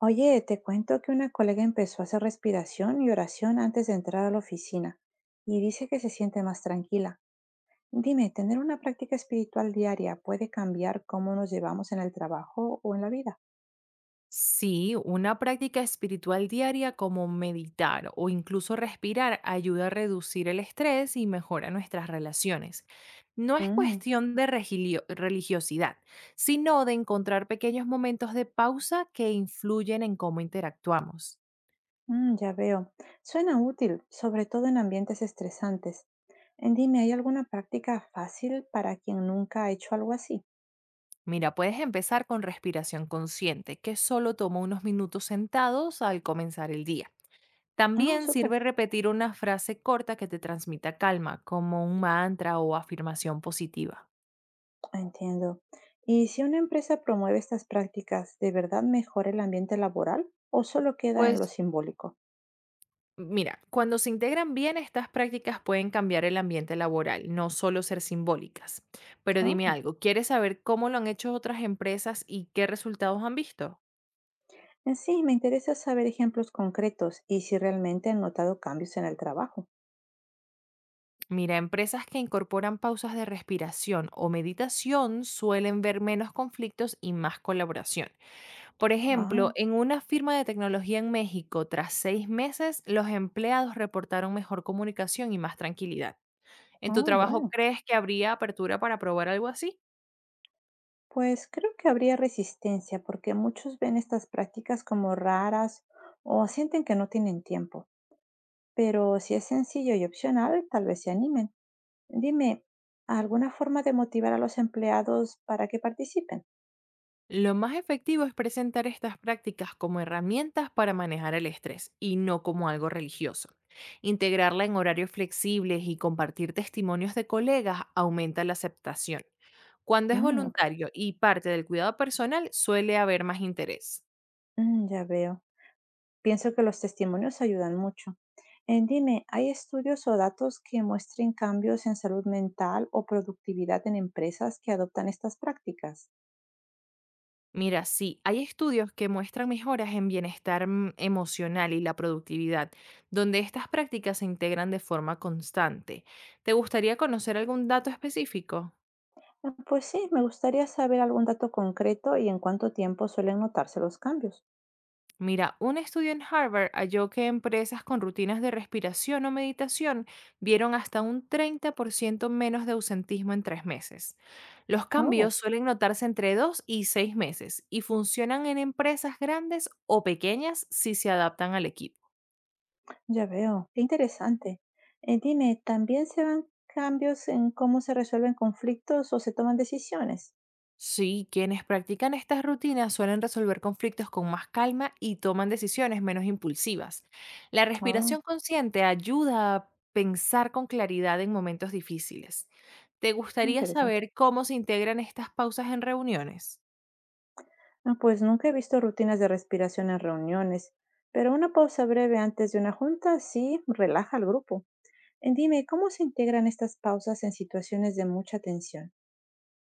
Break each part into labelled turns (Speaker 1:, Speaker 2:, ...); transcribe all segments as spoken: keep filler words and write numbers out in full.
Speaker 1: Oye, te cuento que una colega empezó a hacer respiración y oración antes de entrar a la oficina y dice que se siente más tranquila. Dime, ¿tener una práctica espiritual diaria puede cambiar cómo nos llevamos en el trabajo o en la vida?
Speaker 2: Sí, una práctica espiritual diaria como meditar o incluso respirar ayuda a reducir el estrés y mejora nuestras relaciones. No es
Speaker 1: Mm,
Speaker 2: cuestión de regilio- religiosidad, sino de encontrar pequeños momentos de pausa que influyen en cómo interactuamos.
Speaker 1: mm, ya veo. Suena útil, sobre todo en ambientes estresantes. Eh, Dime, ¿hay alguna práctica fácil para quien nunca ha hecho algo así?
Speaker 2: Mira, puedes empezar con respiración consciente, que solo toma unos minutos sentados al comenzar el día.
Speaker 1: Ah,
Speaker 2: También
Speaker 1: súper.
Speaker 2: sirve repetir una frase corta que te transmita calma, como un mantra o afirmación positiva.
Speaker 1: Entiendo. ¿Y si una empresa promueve estas prácticas, de verdad mejora el ambiente laboral o solo queda en
Speaker 2: Pues
Speaker 1: lo simbólico?
Speaker 2: mira, cuando se integran bien, estas prácticas pueden cambiar el ambiente laboral, no solo ser simbólicas. Pero
Speaker 1: Ah,
Speaker 2: dime algo, ¿quieres saber cómo lo han hecho otras empresas y qué resultados han visto?
Speaker 1: en sí, me interesa saber ejemplos concretos y si realmente han notado cambios en el trabajo.
Speaker 2: Mira, empresas que incorporan pausas de respiración o meditación suelen ver menos conflictos y más colaboración. Por ejemplo,
Speaker 1: Ah,
Speaker 2: en una firma de tecnología en México, tras seis meses, los empleados reportaron mejor comunicación y más tranquilidad. ¿En tu
Speaker 1: ah,
Speaker 2: trabajo
Speaker 1: bueno.
Speaker 2: crees que habría apertura para probar algo así?
Speaker 1: Pues creo que habría resistencia porque muchos ven estas prácticas como raras o sienten que no tienen tiempo. Pero si es sencillo y opcional, tal vez se animen. Dime, ¿alguna forma de motivar a los empleados para que participen?
Speaker 2: Lo más efectivo es presentar estas prácticas como herramientas para manejar el estrés y no como algo religioso. Integrarla en horarios flexibles y compartir testimonios de colegas aumenta la aceptación. Cuando es
Speaker 1: Mm, ok,
Speaker 2: voluntario y parte del cuidado personal, suele haber más interés.
Speaker 1: mm, ya veo. Pienso que los testimonios ayudan mucho. Eh, dime, ¿hay estudios o datos que muestren cambios en salud mental o productividad en empresas que adoptan estas prácticas?
Speaker 2: Mira, sí, hay estudios que muestran mejoras en bienestar mm, emocional y la productividad, donde estas prácticas se integran de forma constante. ¿Te gustaría conocer algún dato específico?
Speaker 1: Ah, pues sí, me gustaría saber algún dato concreto y en cuánto tiempo suelen notarse los cambios.
Speaker 2: Mira, un estudio en Harvard halló que empresas con rutinas de respiración o meditación vieron hasta un treinta por ciento menos de ausentismo en tres meses. Los cambios
Speaker 1: Oh,
Speaker 2: suelen notarse entre dos y seis meses y funcionan en empresas grandes o pequeñas si se adaptan al equipo.
Speaker 1: ya veo, qué interesante. Eh, dime, ¿también se dan cambios en cómo se resuelven conflictos o se toman decisiones?
Speaker 2: Sí, quienes practican estas rutinas suelen resolver conflictos con más calma y toman decisiones menos impulsivas. La
Speaker 1: Oh,
Speaker 2: respiración consciente ayuda a pensar con claridad en momentos difíciles. ¿Te gustaría
Speaker 1: interesante.
Speaker 2: saber cómo se integran estas pausas en reuniones?
Speaker 1: Ah, pues nunca he visto rutinas de respiración en reuniones, pero una pausa breve antes de una junta sí relaja al grupo. Eh, Dime, ¿cómo se integran estas pausas en situaciones de mucha tensión?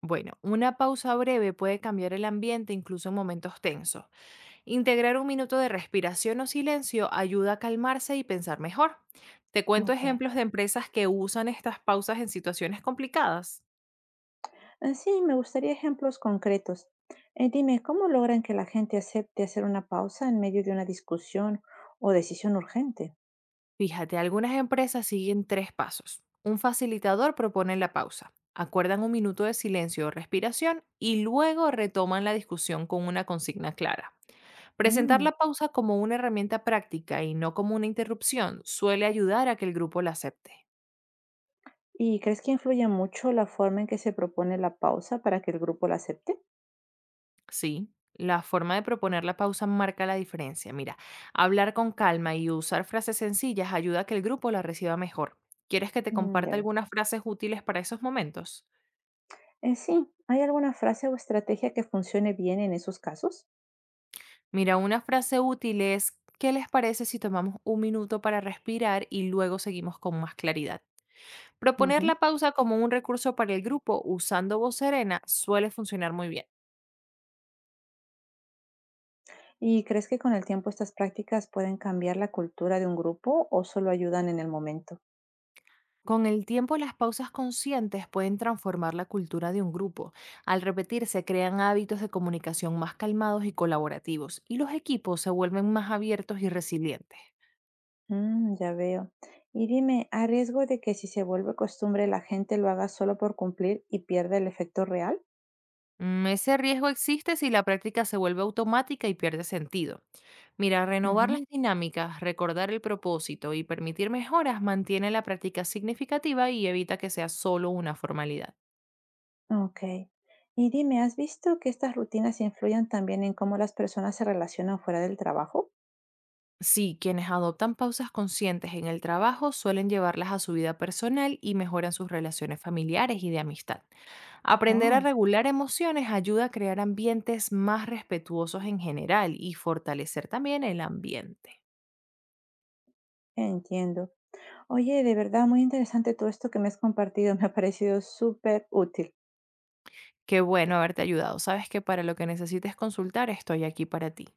Speaker 2: Bueno, una pausa breve puede cambiar el ambiente incluso en momentos tensos. Integrar un minuto de respiración o silencio ayuda a calmarse y pensar mejor. Te cuento
Speaker 1: Ok.
Speaker 2: ejemplos de empresas que usan estas pausas en situaciones complicadas.
Speaker 1: Eh, Sí, me gustaría ejemplos concretos. Eh, dime, ¿cómo logran que la gente acepte hacer una pausa en medio de una discusión o decisión urgente?
Speaker 2: Fíjate, algunas empresas siguen tres pasos. Un facilitador propone la pausa, acuerdan un minuto de silencio o respiración y luego retoman la discusión con una consigna clara. Presentar
Speaker 1: Mm.
Speaker 2: la pausa como una herramienta práctica y no como una interrupción suele ayudar a que el grupo la acepte.
Speaker 1: ¿Y crees que influye mucho la forma en que se propone la pausa para que el grupo la acepte?
Speaker 2: Sí, la forma de proponer la pausa marca la diferencia. Mira, hablar con calma y usar frases sencillas ayuda a que el grupo la reciba mejor. ¿Quieres que te
Speaker 1: Mm, ya
Speaker 2: comparta
Speaker 1: veo.
Speaker 2: algunas frases útiles para esos momentos?
Speaker 1: Eh, sí, ¿hay alguna frase o estrategia que funcione bien en esos casos?
Speaker 2: Mira, una frase útil es, ¿qué les parece si tomamos un minuto para respirar y luego seguimos con más claridad? Proponer la
Speaker 1: Ujú.
Speaker 2: pausa como un recurso para el grupo usando voz serena suele funcionar muy bien.
Speaker 1: ¿Y crees que con el tiempo estas prácticas pueden cambiar la cultura de un grupo o solo ayudan en el momento?
Speaker 2: Con el tiempo, las pausas conscientes pueden transformar la cultura de un grupo. Al repetirse, crean hábitos de comunicación más calmados y colaborativos, y los equipos se vuelven más abiertos y resilientes.
Speaker 1: Mm, ya veo. Y dime, ¿a riesgo de que si se vuelve costumbre la gente lo haga solo por cumplir y pierda el efecto real?
Speaker 2: Mm. Ese riesgo existe si la práctica se vuelve automática y pierde sentido. Mira, renovar
Speaker 1: Ujú.
Speaker 2: las dinámicas, recordar el propósito y permitir mejoras mantiene la práctica significativa y evita que sea solo una formalidad.
Speaker 1: Ok. Y dime, ¿has visto que estas rutinas influyen también en cómo las personas se relacionan fuera del trabajo?
Speaker 2: Sí, quienes adoptan pausas conscientes en el trabajo suelen llevarlas a su vida personal y mejoran sus relaciones familiares y de amistad. Aprender a
Speaker 1: Oh,
Speaker 2: regular emociones ayuda a crear ambientes más respetuosos en general y fortalecer también el ambiente.
Speaker 1: entiendo. Oye, de verdad, muy interesante todo esto que me has compartido, me ha parecido súper útil.
Speaker 2: Qué bueno haberte ayudado. Sabes que para lo que necesites consultar estoy aquí para ti.